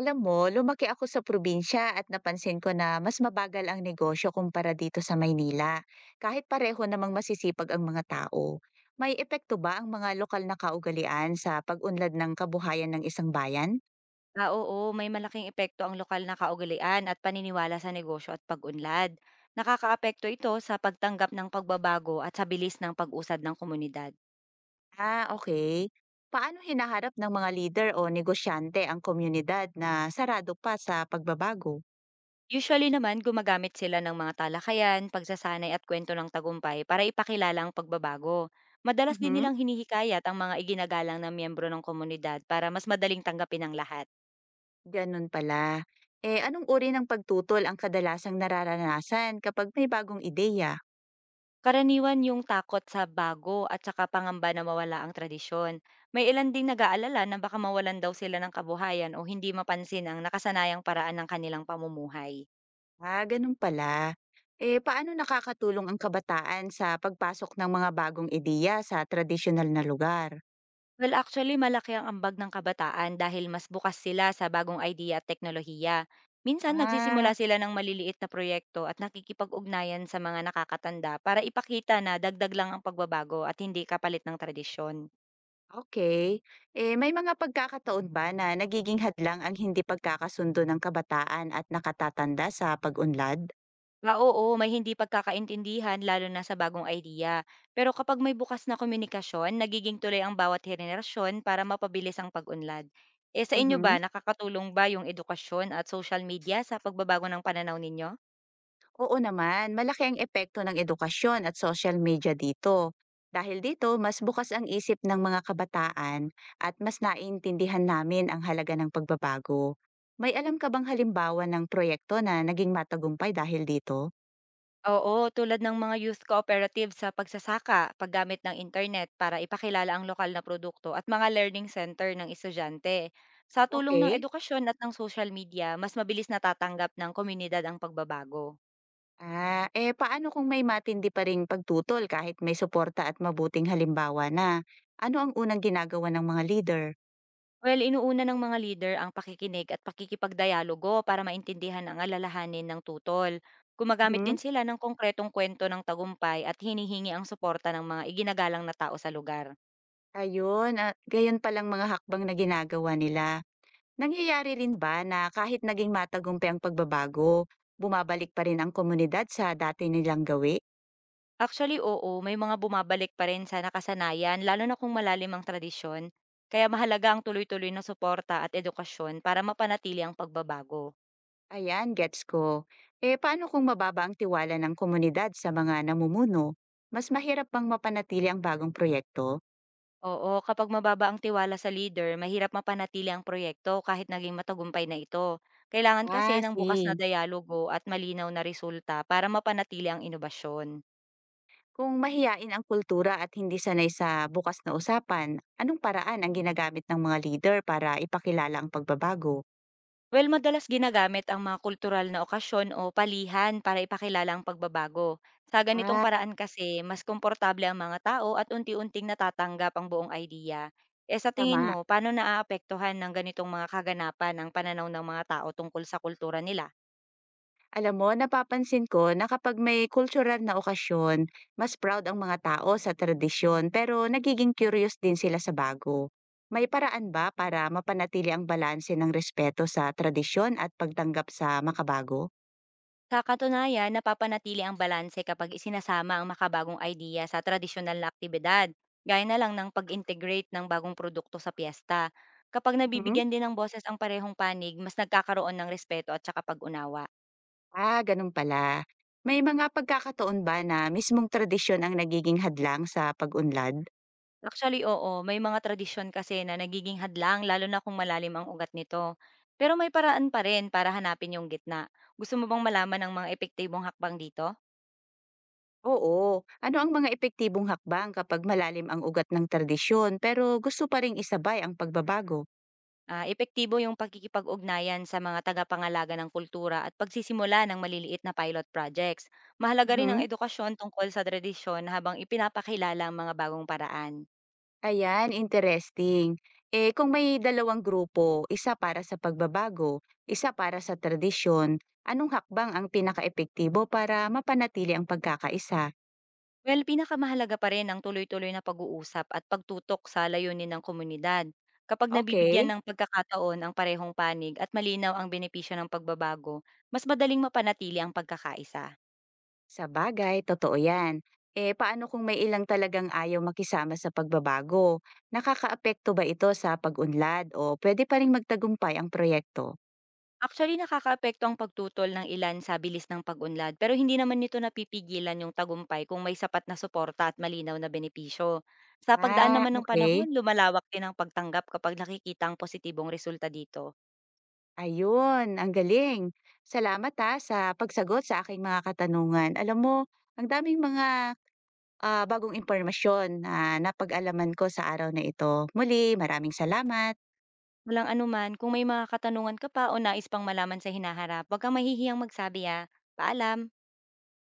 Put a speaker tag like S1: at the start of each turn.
S1: Alam mo, lumaki ako sa probinsya at napansin ko na mas mabagal ang negosyo kumpara dito sa Maynila. Kahit pareho namang masisipag ang mga tao, may epekto ba ang mga lokal na kaugalian sa pag-unlad ng kabuhayan ng isang bayan?
S2: Oo, may malaking epekto ang lokal na kaugalian at paniniwala sa negosyo at pag-unlad. Nakakaapekto ito sa pagtanggap ng pagbabago at sa bilis ng pag-usad ng komunidad.
S1: Ah, okay. Paano hinaharap ng mga leader o negosyante ang komunidad na sarado pa sa pagbabago?
S2: Usually naman, gumagamit sila ng mga talakayan, pagsasanay at kwento ng tagumpay para ipakilala ang pagbabago. Madalas din
S1: Mhm,
S2: nilang hinihikayat ang mga iginagalang na miyembro ng komunidad para mas madaling tanggapin ng lahat.
S1: ganun pala. Eh, anong uri ng pagtutol ang kadalasang nararanasan kapag may bagong ideya?
S2: Karaniwan yung takot sa bago at saka pangamba na mawala ang tradisyon. May ilan ding nag-aalala na baka mawalan daw sila ng kabuhayan o hindi mapansin ang nakasanayang paraan ng kanilang pamumuhay.
S1: Ah, ganun pala. Eh, paano nakakatulong ang kabataan sa pagpasok ng mga bagong ideya sa tradisyonal na lugar?
S2: Well, actually, malaki ang ambag ng kabataan dahil mas bukas sila sa bagong idea at teknolohiya. Minsan, nagsisimula
S1: Ah,
S2: sila ng maliliit na proyekto at nakikipag-ugnayan sa mga nakakatanda para ipakita na dagdag lang ang pagbabago at hindi kapalit ng tradisyon.
S1: okay. Eh, may mga pagkakataon ba na nagiging hadlang ang hindi pagkakasundo ng kabataan at nakatatanda sa pag-unlad?
S2: Oo, may hindi pagkakaintindihan lalo na sa bagong idea. Pero kapag may bukas na komunikasyon, nagiging tuloy ang bawat henerasyon para mapabilis ang pag-unlad. Eh sa inyo ba,
S1: Mhm.
S2: nakakatulong ba yung edukasyon at social media sa pagbabago ng pananaw ninyo?
S1: Oo naman, malaki ang epekto ng edukasyon at social media dito. Dahil dito, mas bukas ang isip ng mga kabataan at mas naiintindihan namin ang halaga ng pagbabago. May alam ka bang halimbawa ng proyekto na naging matagumpay dahil dito?
S2: Oo, tulad ng mga youth cooperative sa pagsasaka, paggamit ng internet para ipakilala ang lokal na produkto at mga learning center ng estudyante. Sa tulong ng
S1: Okay.
S2: edukasyon at ng social media, mas mabilis natatanggap ng komunidad ang pagbabago.
S1: Ah, eh paano kung may matindi pa ring pagtutol kahit may suporta at mabuting halimbawa na? Ano ang unang ginagawa ng mga leader?
S2: Well, inuuna ng mga leader ang pakikinig at pakikipagdialogo para maintindihan ang alalahanin ng tutol. Gumagamit
S1: Hmm?
S2: din sila ng konkretong kwento ng tagumpay at hinihingi ang suporta ng mga iginagalang na tao sa lugar.
S1: Ayun, ah, gayon palang mga hakbang na ginagawa nila. Nangyayari rin ba na kahit naging matagumpay ang pagbabago, bumabalik pa rin ang komunidad sa dati nilang gawi?
S2: Actually, oo, may mga bumabalik pa rin sa nakasanayan, lalo na kung malalim ang tradisyon. Kaya mahalaga ang tuloy-tuloy na suporta at edukasyon para mapanatili ang pagbabago.
S1: Ayan, gets ko. Eh paano kung mababa ang tiwala ng komunidad sa mga namumuno? Mas mahirap bang mapanatili ang bagong proyekto?
S2: Oo, kapag mababa ang tiwala sa leader, mahirap mapanatili ang proyekto kahit naging matagumpay na ito. Kailangan kasi
S1: Ah,
S2: ng bukas na
S1: see.
S2: dialogo at malinaw na resulta para mapanatili ang inobasyon.
S1: Kung mahiyain ang kultura at hindi sanay sa bukas na usapan, anong paraan ang ginagamit ng mga leader para ipakilala ang pagbabago?
S2: Well, madalas ginagamit ang mga kultural na okasyon o palihan para ipakilala ang pagbabago. Sa ganitong
S1: Ah,
S2: paraan kasi, mas komportable ang mga tao at unti-unting natatanggap ang buong idea. Eh sa tingin
S1: tama.
S2: mo, paano naaapektuhan ng ganitong mga kaganapan ang pananaw ng mga tao tungkol sa kultura nila?
S1: Alam mo, napapansin ko na kapag may kultural na okasyon, mas proud ang mga tao sa tradisyon pero nagiging curious din sila sa bago. May paraan ba para mapanatili ang balanse ng respeto sa tradisyon at pagtanggap sa makabago?
S2: Sa katunayan, napapanatili ang balanse kapag isinasama ang makabagong idea sa tradisyonal na aktibidad, gaya na lang ng pag-integrate ng bagong produkto sa piyesta. Kapag
S1: Mhm.
S2: nabibigyan din ng boses ang parehong panig, mas nagkakaroon ng respeto at saka pag-unawa.
S1: Ah, ganun pala. May mga pagkakataon ba na mismong tradisyon ang nagiging hadlang sa pag-unlad?
S2: Actually, oo, may mga tradisyon kasi na nagiging hadlang lalo na kung malalim ang ugat nito. Pero may paraan pa rin para hanapin yung gitna. Gusto mo bang malaman ng mga epektibong hakbang dito?
S1: Oo. Ano ang mga epektibong hakbang kapag malalim ang ugat ng tradisyon pero gusto pa ring isabay ang pagbabago?
S2: Epektibo yung pakikipag-ugnayan sa mga tagapangalaga ng kultura at pagsisimula ng maliliit na pilot projects. Mahalaga rin ang
S1: Mhm.
S2: edukasyon tungkol sa tradisyon habang ipinapakilala ang mga bagong paraan.
S1: Ayan, interesting. Eh kung may dalawang grupo, isa para sa pagbabago, isa para sa tradisyon, anong hakbang ang pinakaepektibo para mapanatili ang pagkakaisa?
S2: Well, pinakamahalaga pa rin ang tuloy-tuloy na pag-uusap at pagtutok sa layunin ng komunidad. Kapag nabibigyan
S1: Okay,
S2: ng pagkakataon ang parehong panig at malinaw ang benepisyo ng pagbabago, mas madaling mapanatili ang pagkakaisa.
S1: sa bagay, totoo yan. Eh paano kung may ilang talagang ayaw makisama sa pagbabago? Nakakaapekto ba ito sa pag-unlad o pwede pa rin magtagumpay ang proyekto?
S2: Actually, nakakaapekto ang pagtutol ng ilan sa bilis ng pag-unlad, pero hindi naman nito napipigilan yung tagumpay kung may sapat na suporta at malinaw na benepisyo. Sa pagdaan
S1: Ah,
S2: naman ng
S1: okay.
S2: panahon, lumalawak din ang pagtanggap kapag nakikita ang positibong resulta dito.
S1: Ayun, ang galing. Salamat ha sa pagsagot sa aking mga katanungan. Alam mo, ang daming mga bagong impormasyon na napag-alaman ko sa araw na ito. Muli, maraming salamat.
S2: Walang anuman, kung may mga katanungan ka pa o nais pang malaman sa hinaharap, huwag kang mahihiyang magsabi ha. Paalam!